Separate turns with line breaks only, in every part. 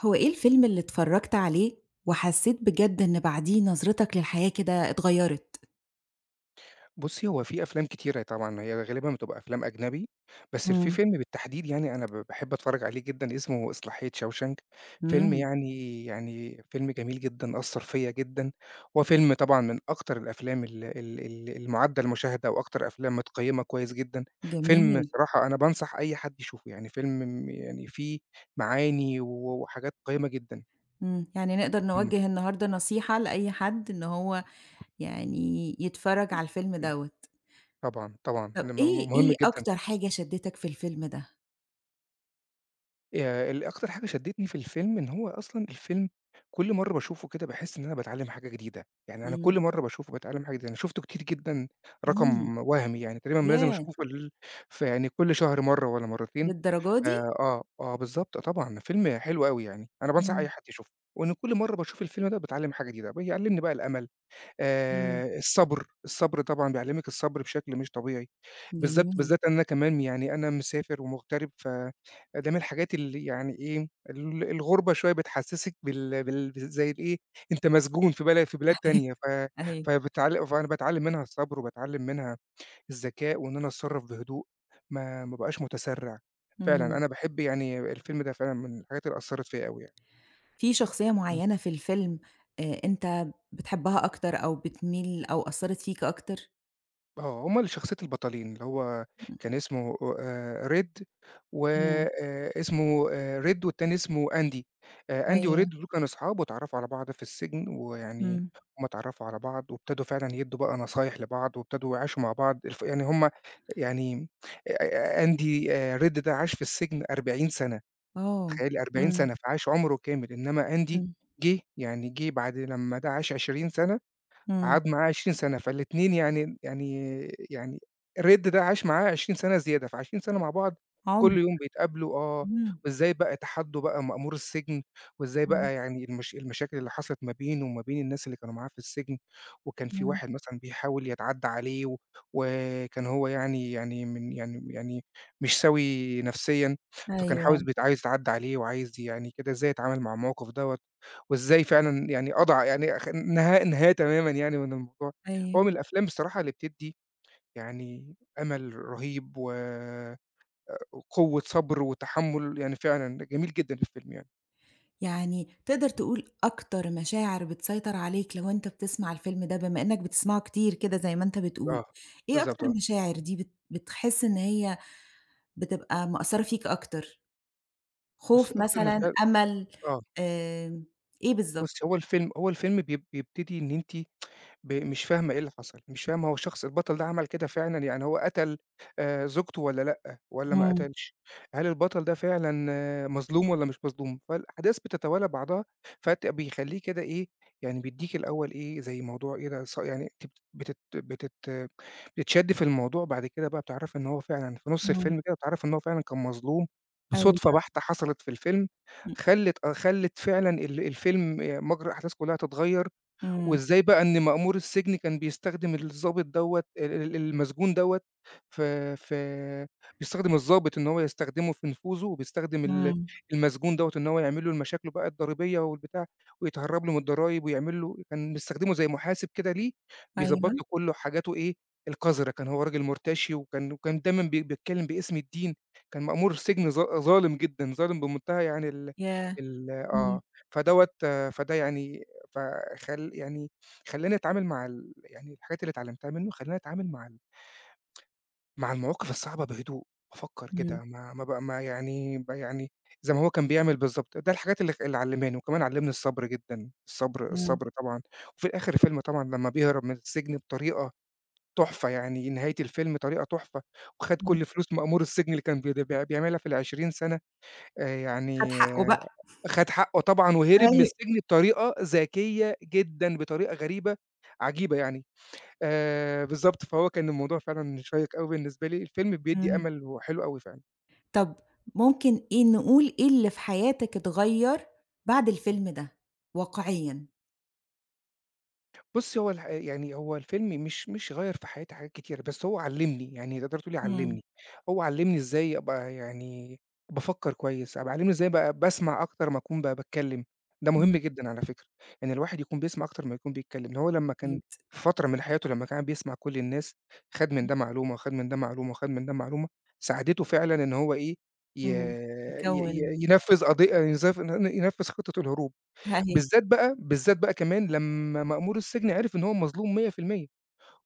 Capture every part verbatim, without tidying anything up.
هو إيه الفيلم اللي اتفرّجت عليه وحسّيت بجد إن بعديه نظرتك للحياة كده اتغيّرت؟
بُصّي، هو في أفلام كتيرة طبعًا، هي غالبًا بتبقى أفلام أجنبي، بس في
إمم.
فيلم بالتحديد يعني أنا ب باحب أتفرّج عليه جدًا اسمه إصلاحية شاوشانك، فيلم
إمم،
يعني يعني فيلم جميل جدًا، أثّر فيّا جدًا، هو فيلم طبعًا من أكتر الأفلام ال ال ال المُعدّة المشاهدة وأكتر أفلام متقيّمة كويس جدًا، فيلم
جميل.
صراحة أنا بانصح أي حد يشوفه، يعني فيلم م يعني فيه معاني و وحاجات قيّمة جدًا.
إمم، يعني نقدر
إمم.
نوجّه النهارده نصيحة لأي حد إن هو يعني يتفرّج على الفيلم
إمم.
دوّة.
طبعًا، طبعًا.
طَب
م
إيه
م مهم
إيه
جدًا.
أكتر حاجة شدّتك في الفيلم ده؟
آآ ال أكتر حاجة شدّتني في الفيلم إن هو أصلًا الفيلم كل مرّة باشوفه كده باحس إن أنا باتعلّم حاجة جديدة، يعني أنا
إمم،
كل مرّة باشوفه باتعلّم حاجة جديدة، أنا شُفته كتير جدًا،
إمم،
رقم وهمي يعني تقريبًا لازم
ياه!
أشوفه في ال في يعني كل شهر مرّة والّا مرّتين.
للدرجة
آآ
دي؟
آه، آه بالضبط، آه طبعًا فيلم حلو أوي يعني، أنا بانصح أي
إمم،
حد يشوفه، وإن كل مرّة باشوف الفيلم ده باتعلّم حاجة جديدة، بيعلّمني بقى الأمل،
إمم،
آآ الصبر، الصبر طبعًا بيعلّمِك الصبر بشكل مش طبيعي. بالذات
جميل،
بالذات أنا كمان يعني أنا مسافر ومغترب، فده من الحاجات اللي يعني إيه، ال الغُربة شوية بتحسّسِك بال بال زي الإيه، أنت مسجون في بلد في بلاد تانية، ف
أيوه،
فبتعل فأنا باتعلّم منها الصبر وباتعلّم منها الذكاء وإن أنا أتصرّف بهدوء، ما ما ابقاش متسرّع. فعلًا
إمم.
أنا باحب يعني الفيلم ده فعلًا من الحاجات اللي أثّرت فيّا أوي يعني.
في شخصية معيّنة في الفيلم آآ أنت بتحبها أكتر أو بتميل أو أثّرت فيك أكتر؟
آه، هُم ال شخصية البطلين، اللي هو
إمم،
كان اسمه آآ Red، و
إمم،
آآ اسمه آآ Red والتاني اسمه Andy. آآ Andy وRed
أيوه،
دول كانوا أصحاب واتعرّفوا على بعض في السجن، ويعني
إمم،
هُم اتعرّفوا على بعض وابتدوا فعلًا يدّوا بقى نصايح لبعض، وابتدوا يعيشوا مع بعض الف يعني هُم يعني، آآ Andy، آآ Red ده عاش في السجن أربعين سنة سَنة،
آه،
تخيّلي أربعين سنة
إمم،
سَنة، فعاش عُمره كامل، إنّما Andy
إمم،
جِه يعني جِه بعد لمّا ده عاش عشرين سنة سَنة،
إمم،
قعد معاه 20 سنة، فالاتنين يعني يعني يعني رِد ده عاش معاه 20 سنة زيادة، فعشرين سنة مع بعض
عمر،
كل يوم بيتقابلوا، آه.
إمم،
وإزاي بقى تحدّوا بقى مأمور السجن، وإزاي
إمم،
بقى يعني المش المشاكل اللي حصلت ما بينه وما بين الناس اللي كانوا معاه في السجن، وكان في
إمم،
واحد مثلًا بيحاول يتعدّى عليه، و وكان هو يعني يعني من يعني يعني مش سَوِي نفسيًا، فكان
أيوه،
عاوز بيت عايز يتعدّى عليه وعايز يعني كده إزاي يتعامل مع الموقف دوّة. وإزاي فعلًا يعني أضع يعني خ نها نهاية تمامًا يعني من الموضوع. هو
أيوه،
من الأفلام بصراحة اللي بتدّي يعني أمل رهيب، و وقوة صبر وتحمُّل، يعني فعلًا جميل جدًا الفيلم يعني.
يعني تقدر تقول أكتر مشاعر بتسيطر عليك لو أنت بتسمع الفيلم ده، بما إنّك بتسمعه كتير كده زي ما أنت بتقول،
آه،
إيه
بالضبط،
أكتر
آه.
مشاعر دي بت بتحس إن هي بتبقى مأثّرة فيك أكتر؟
بُصّي
خوف
أكتر
مثلًا،
مشاهد،
أمل،
آه.
آمم، إيه بالضبط؟
بُصّي هو الفيلم، هو الفيلم بيب بيبتدي إن أنتِ ب مش فاهمة إيه اللي حصل، مش فاهمة هو الشخص البطل ده عمل كده فعلًا، يعني هو قتل آآ زوجته والّا لأ، والّا ما
إمم،
قتلش؟ هل البطل ده فعلًا، آه، مظلوم والّا مش مظلوم؟ فالأحداث بتتوالى بعضها، فت بيخلّيه كده إيه، يعني بيدّيك الأول إيه، زي موضوع إيه ده، ص يعني أنتِ بتت بتت بتت بتتشدّي في الموضوع، بعد كده بقى بتعرفي إن هو فعلًا في نُص
إمم،
الفيلم كده بتعرفي إن هو فعلًا كان مظلوم، بصُدفة
أيوه،
بحتة حصلت في الفيلم،
إمم،
خلِّت آه، خلِّت فعلًا ال الفيلم مجرى أحداث كلّها تتغيّر.
إمم.
وإزاي بقى إن مأمور السجن كان بيستخدم الضابط دوّة، ال ال المسجون دوّة في في بيستخدم الضابط إن هو يستخدمه في نفوذه، وبيستخدم ال
إمم،
المسجون دوّة إن هو يعمل له مشاكله بقى الضريبية والبتاع، ويتهرب له من الضرايب ويعمل له، كان بيستخدمه زي محاسب كده ليه،
أيوه.
بيضبّط له كل حاجاته إيه، القذرة. كان هو راجل مرتشي، وكان وكان دايمًا بي بيتكلم باسم الدين. كان مأمور السجن ظا ظالم جدًا، ظالم بمنتهى يعني ال
ياه!
ال آه.
إمم،
فدوّة فده يعني فخل يعني خلّاني أتعامل مع ال يعني الحاجات اللي اتعلمتها منه، خلّاني أتعامل مع ال مع المواقف الصعبة بهدوء، أفكّر
إمم،
كده، ما ما ب ما يعني ب يعني زي ما هو كان بيعمل بالضبط، ده الحاجات اللي خ اللي علّمهاني، وكمان علّمني الصبر جدًا، الصبر
إمم،
الصبر طبعًا. وفي الآخر الفيلم طبعًا لمّا بيهرب من السجن بطريقة تحفة، يعني نهاية الفيلم طريقة تحفة، وخَد
إمم.
كل فلوس مأمور السجن اللي كان بيد بيع بيعملها في ال20 سَنة. آآ
خد
يعني
حقه بقى.
خَد حقّه طبعًا وهرب من
أيوه.
السجن بطريقة ذكية جدًا، بطريقة غريبة عجيبة يعني. آآ بالضبط، فهو كان الموضوع فعلًا شيّق أوي بالنسبة لي، الفيلم بيدّي
إمم.
أمل وحلو أوي فعلًا.
طب ممكن إيه نقول إيه اللي في حياتِك اتغيّر بعد الفيلم ده واقعيًا؟
بُصّي، هو الح يعني هو الفيلم مش مش غيّر في حياتي حاجات كتيرة، بس هو علّمني، يعني تقدري تقولي
إمم،
علّمني. هو علّمني إزاي أبقى يعني بافكّر كويس، أبقى علّمني إزاي ابقى باسمع أكتر ما أكون ب باتكلّم، ده مهم
إمم،
جدًا على فكرة، إن الواحد يكون بيسمع أكتر ما يكون بيتكلّم، إن هو لمّا كان
أكيد.
في فترة من حياته لمّا كان قاعد بيسمع كل الناس، خَد من ده معلومة، وخَد من ده معلومة، وخَد من ده معلومة، ساعدته فعلًا إن هو إيه، ي
إمم.
ي ي
يكوّن
ينفّذ قضي ينزف ينفّذ خطة الهروب.
أيوه.
بالذات بقى بالذات بقى كمان لمّا مأمور السجن عرف إن هو مظلوم مية بالمية،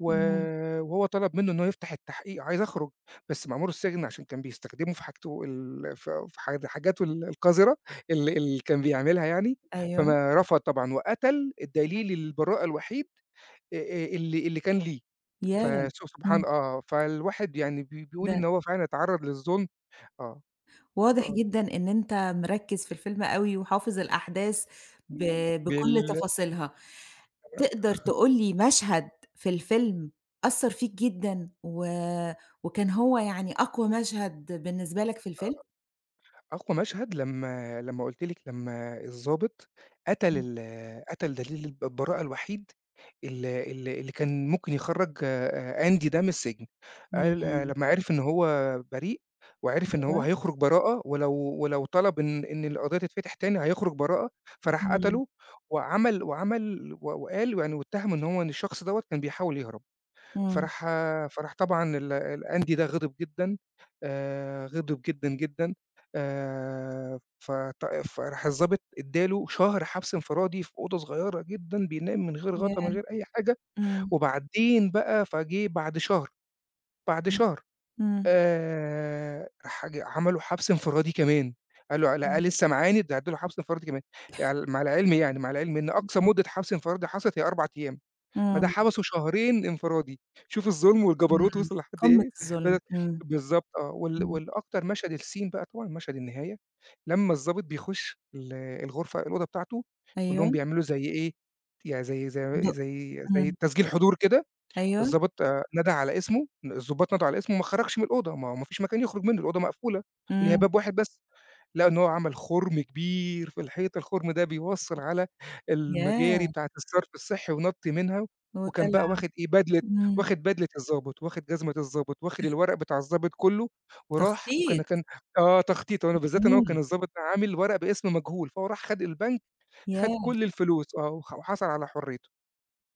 و
إمم،
وهو طلب منّه إن هو يفتح التحقيق، عايز أخرج، بس مأمور السجن عشان كان بيستخدمه في حاجته ال ف في حاج حاجاته ال القذرة ال اللي كان بيعملها يعني،
أيوه.
فما رفض طبعًا وقتل الدليل البراءة الوحيد آآ آآ اللي اللي كان ليه،
ياه!
فس
إمم.
سبحان، آه، فالواحد يعني بي بيقول
ده
إن هو فعلًا اتعرّض للظلم، آه.
واضح
آه،
جدًا إن أنت مركّز في الفيلم أوي وحافظ الأحداث ب بكل
بال
تفاصيلها. تقدر تقول لي مشهد في الفيلم أثّر فيك جدًا و وكان هو يعني أقوى مشهد بالنسبة لك في الفيلم؟
أقوى مشهد لمّا لمّا قُلت لِك لمّا الضابط قتل،
إمم.
ال قتل دليل الب البراءة الوحيد ال ال اللي كان ممكن يخرّج آآ أندي ده من السجن، قال، آآ
إمم.
لمّا عرف إن هو بريء وعرف إن هو
أيوه.
هيخرج براءة، ولو ولو طلب إن إن القضية تتفتح تاني هيخرج براءة، فراح
إمم.
قتله وعمل وعمل و وقال يعني، واتهم إن هو إن الشخص دوّة كان بيحاول يهرب.
إمم.
فراح، فراح طبعًا ال الأندي ده غِضِب جدًا، آآ غِضِب جدًا، جدًا، آآ فط فراح الضابط ادّى له شهر حبس انفرادي في أوضة صغيّرة جدًا، بينام من غير غطا، من
ياه!
غير أي حاجة،
إمم.
وبعدين بقى فجِه بعد شهر، بعد
إمم.
شهر.
إمم.
آآ راح ج عملوا حبس انفرادي كمان، قال له لأ
إمم.
لسه معاند، ده هيدّوا له حبس انفرادي كمان، يعني مع العلم، يعني مع العلم إن أقصى
إمم.
مدة حبس انفرادي حصلت هي 4 أيام. فده
إمم.
حبسه شهرين انفرادي، شوف الظلم والجبروت
إمم.
وصل لحد
قمة
إيه.
الظلم.
بدأت،
إمم.
بالضبط آه. وال
إمم.
والأكتر مشهد السين بقى طبعًا مشهد النهاية، لمّا الضابط بيخش ال الغرفة الأوضة بتاعته، كلّهم
أيوه.
بيعملوا زي إيه، يعني زي
د
زي زي
إمم.
زي تسجيل حضور كده.
أيوه.
الضابط آآ نادى على اسمه، الضباط نادوا على اسمه ما خرجش من الأوضة، ما هو ما فيش مكان يخرج منه، الأوضة مقفولة وليها
إمم.
باب واحد بس. لقوا إن هو عمل خُرم كبير في الحيطة، الخُرم ده بيوصّل على المجاري
ياه!
بتاعة الصرف الصحّي ونَط منها، وكان
وطلع
بقى واخد إيه، بدلة،
إمم.
واخد بدلة الضابط، واخد جزمة الضابط، واخد الورق بتاع الضابط كلّه، وراح وكان
تخطيط.
كان آه، تخطيطه أنا بالذات إن هو كان
إمم،
الضابط ده عامل ورق باسم مجهول، فهو راح خَد البنك، خَد
ياه!
كل الفلوس، آه، وح وحصل على حُريته.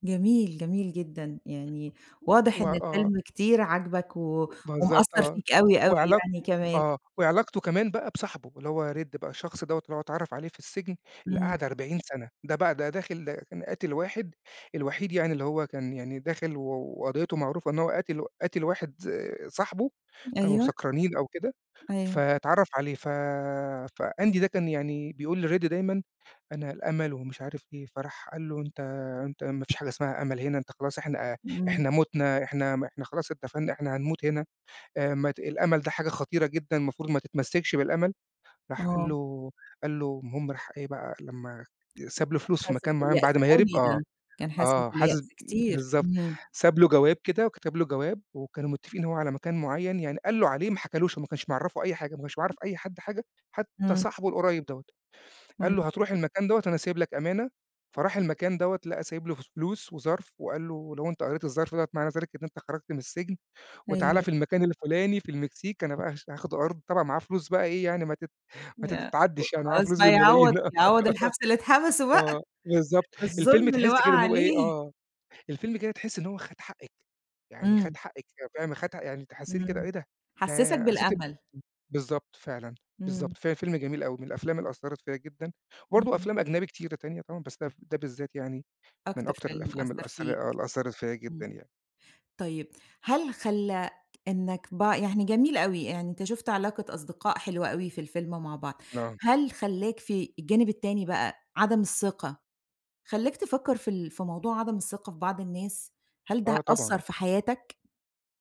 جميل، جميل جدًا، يعني واضح
و
إن
آه،
الفيلم كتير عاجبك و
بالضبط،
ومأثّر
آه،
فيك أوي، أوي
وعلاق
يعني كمان.
آه، وعلاقته كمان بقى بصاحبه اللي هو ريد بقى الشخص دوّة اللي هو اتعرّف عليه في السجن اللي
إمم،
قعد أربعين سنة سَنة، ده بقى ده داخل ده كان قاتل واحد، الوحيد يعني اللي هو كان يعني داخل، و وقضيته معروفة إن هو قاتل قاتل واحد، آه، صاحبه، كانوا
أيوه،
سكرانين أو كده،
أيوه،
فاتعرّف عليه، ف فأندي ده كان يعني بيقول لريد دايمًا: "أنا الأمل ومش عارف إيه"، فراح قال له: "أنت أنت ما فيش حاجة اسمها أمل هنا، أنت خلاص، إحنا
إمم،
إحنا مُتنا، إحنا م إحنا خلاص اتدفنّا، إحنا هنموت هنا." آآ ما ت الأمل ده حاجة خطيرة جدًا، المفروض ما تتمسّكش بالأمل. راح قال
آه،
له، قال له المهم راح إيه بقى لمّا ساب له
كان
فلوس في
حاسس
مكان معيّن
باليأس
بعد ما هرب،
أوي
آه.
ده، كان حاسس
آه، حاسس
باليأس كتير،
بالضبط،
إمم،
ساب له جواب كده وكتب له جواب وكانوا متفقين هو على مكان معيّن يعني قال له عليه، ما حكالوش، هو ما كانش معرّفه أي حاجة، ما كانش معرّف أي حد حاجة، حتى
إمم،
صاحبه القريب دوّة، قال
إمم،
له: "هتروح المكان دوّة أنا سايب لك أمانة." فراح المكان دوّة لقى سايب له ف فلوس وظرف وقال له: "لو أنت قريت الظرف دوّة معنى ذلك إن أنت خرجت من السجن." وتعالَ
أيوه،
في المكان الفُلاني في المكسيك، أنا بقى هاش هاخد أرض، طبعًا معاه فلوس بقى إيه يعني ما تت ما
يا
تتعدّش يعني، معاه
خلاص
فلوس
بقى
بالملايين
يعوّض
آه،
يعوّض الحبس اللي اتحبسه بقى،
آه، بالضبط. الفيلم
الظلم اللي
تحس
وقع
كده إن هو إيه،
عليه.
آه، الفيلم كده تحس إن هو خَد حقِّك، يعني خَد
إمم،
حقِّك، فاهم، خَد حق يعني أنتِ حسّيتِ كده
إمم،
إيه ده،
حسّسك
ده حسّيتِ
بالأمل،
بالضبط فعلًا،
إمم،
بالضبط، ف فيلم جميل أوي، من الأفلام اللي أثّرت فيّا جدًا، وبرضه
إمم،
أفلام أجنبي كتيرة تانية طبعًا، بس ده ده بالذات يعني من
أكتر
أكتر
فيلم
الأفلام اللي
أثّر فيك،
أثّر، آه، اللي أثّرت فيّا جدًا
إمم.
يعني.
طيب، هل خلّى إنك ب يعني جميل أوي، يعني أنت شُفت علاقة أصدقاء حلوة أوي في الفيلم مع بعض،
آه،
هل خلّاك في الجانب التاني بقى عدم الثقة، خلّاك تفكّر في ال في موضوع عدم الثقة في بعض الناس؟ هل ده
آه طبعًا.
أثّر في حياتك؟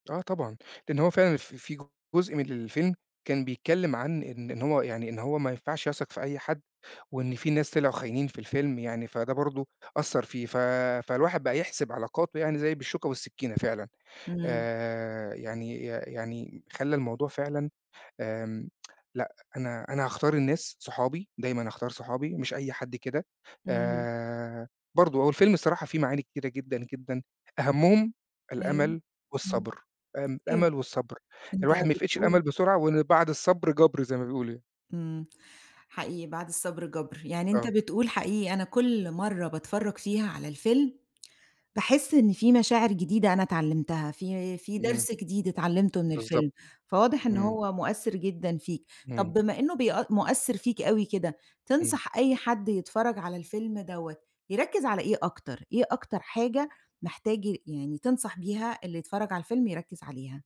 آه طبعًا، لإن هو فعلًا ف في جزء من الفيلم كان بيتكلّم عن إن إن هو يعني إن هو ما ينفعش يثق في أي حد، وإن في ناس طلعوا خاينين في الفيلم يعني، فده برضه أثّر فيه، ف فالواحد بقى يحسب علاقاته يعني زي بالشوكة والسكينة فعلًا.
إمم،
آآ يعني ي يعني خلّى الموضوع فعلًا، آمم، لأ، أنا أنا هاختار الناس صحابي، دايمًا هاختار صحابي، مش أي حد كده.
إمم،
آآ، برضه هو الفيلم الصراحة فيه معاني كتيرة جدًا، جدًا، أهمهم
أيوه،
الأمل
إمم،
والصبر. آمم،
أيوه،
الأمل والصبر،
أنت
الواحد ما يفقدش الأمل
بتقول
بسرعة، وإن بعد الصبر جبر زي ما بيقولوا يعني.
إمم، حقيقي بعد الصبر جَبْر، يعني أنت
آه،
بتقول حقيقي أنا كل مرّة باتفرّج فيها على الفيلم باحس إن في مشاعر جديدة أنا اتعلمتها، في في
إمم،
درس جديد اتعلمته من
بالضبط،
الفيلم، فواضح إن
إمم،
هو مؤثر جدًا فيك.
إمم،
طب بما إنه بيأ مؤثر فيك أوي كده،
إمم.
تنصح أي حد يتفرّج على الفيلم دوّة يركّز على إيه أكتر؟ إيه أكتر حاجة محتاج ي يعني تنصح بيها اللي يتفرّج على الفيلم يركّز عليها؟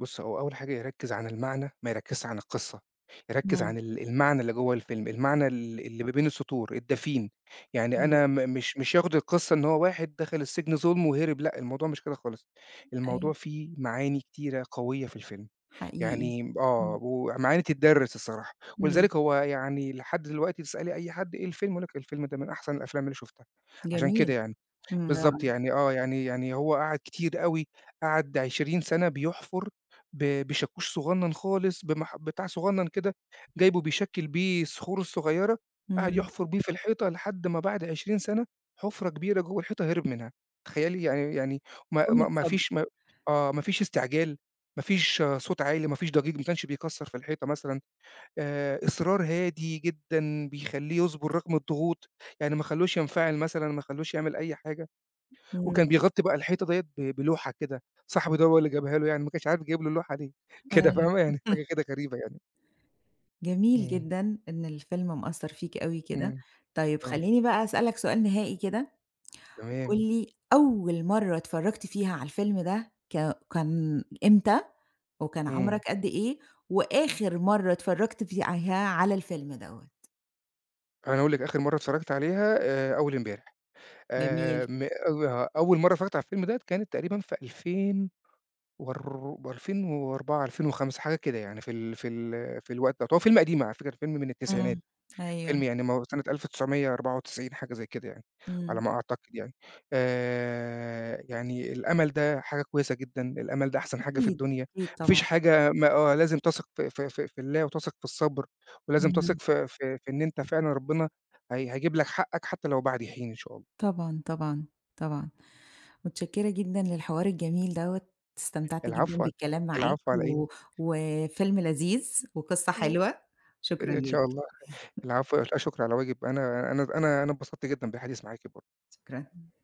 بُص، هو أول حاجة يركّز عن المعنى، ما يركّزش عن القصّة، يركّز
إمم،
عن ال المعنى اللي جوّه الفيلم، المعنى ال اللي ما بين السطور، الدفين، يعني أنا م
أيوه،
مش مش ياخد القصّة إن هو واحد دخل السجن ظلم وهرب، لأ، الموضوع مش كده خالص، الموضوع
أيوه،
فيه معاني كتيرة قوية في الفيلم،
حقيقي.
يعني
إمم،
آه، ومعاني تتدرّس الصراحة،
إمم،
ولذلك هو يعني لحد دلوقتي تسألي أي حد إيه الفيلم، يقول لك الفيلم ده من أحسن الأفلام اللي شُفتها، عشان كده
جميل،
يعني.
إمم،
بالضبط،
رائع،
يعني آه، يعني يعني هو قعد كتير أوي، قعد عشرين سنة سَنة بيحفر ب بشاكوش صغنّن خالص، بمح بتاع صغنّن كده جايبه بيشكِّل بيه الصخور الصغيّرة، قعد
إمم،
يحفر بيه في الحيطة لحد ما بعد عشرين سنة سَنة حُفرة كبيرة جوّه الحيطة هرب منها، تخيّلي! يعني يعني ما
قمة
ما ما
صبر،
فيش ما آه، ما فيش استعجال، ما فيش آه صوت عالي، ما فيش ضجيج، ما كانش بيكسّر في الحيطة مثلًا. آآ إصرار هادي جدًا بيخلّيه يصبر رغم الضغوط، يعني ما خلّوش ينفعل مثلًا، ما خلّوش يعمل أي حاجة.
إمم،
وكان بيغطّي بقى الحيطة ديّة ب بلوحة كده، صاحبي ده هو اللي جابها له يعني، ما كانش عارف جايب له اللوحة ليه، كده فاهمة، يعني
أيوه.
حاجة كده غريبة يعني.
جميل
إمم.
جدًا إن الفيلم مأثّر فيك أوي كده.
إمم،
طيب
آه،
خلّيني بقى أسألك سؤال نهائي كده، قُل
تمام،
لي أول مرّة اتفرّجت فيها على الفيلم ده ك كان إمتى وكان عُمرك
إمم.
قد إيه، وآخِر مرّة اتفرّجت فيها على الفيلم دوّة؟
أنا أقول لك آخر مرة اتفرّجت عليها آآ أول امبارح.
جميل.
آمم أو آه، أول مرة اتفرّجت على الفيلم ده كانت تقريبا في 2000 وار ألفين وأربعة، ألفين وخمسة حاجة كده يعني في ال في ال في الوقت دوّة، هو فيلم قديم على فكرة، فيلم من التسعينات.
إمم. أيوه.
فيلم يعني ما هو سنة ألف وتسعمية وأربعة وتسعين حاجة زي كده يعني، على
إمم.
ما أعتقد يعني. آآ يعني الأمل ده حاجة كويسة جدًا، الأمل ده أحسن حاجة في
أكيد،
الدنيا،
أكيد
ما
طبعًا.
فيش حاجة ما آه، لازم تثق في في في في الله وتثق في الصبر، ولازم
إمم.
تثق في في في إن أنت فعلًا ربنا هي هيجيب لك حقك حتى لو بعد حين إن شاء الله.
طبعًا، طبعًا، طبعًا. متشكّرة جدًا للحوار الجميل دوّة، استمتعت جدًا
العفو، ع
بالكلام معاك
العفو على إيه؟
و وفيلم لذيذ وقصة حلوة. شكرًا
إن شاء
ليك،
الله، العفو، لا شكر على واجب، أنا أنا أنا أنا اتبسطت جدًا بالحديث معاكِ برضه.
شكرًا.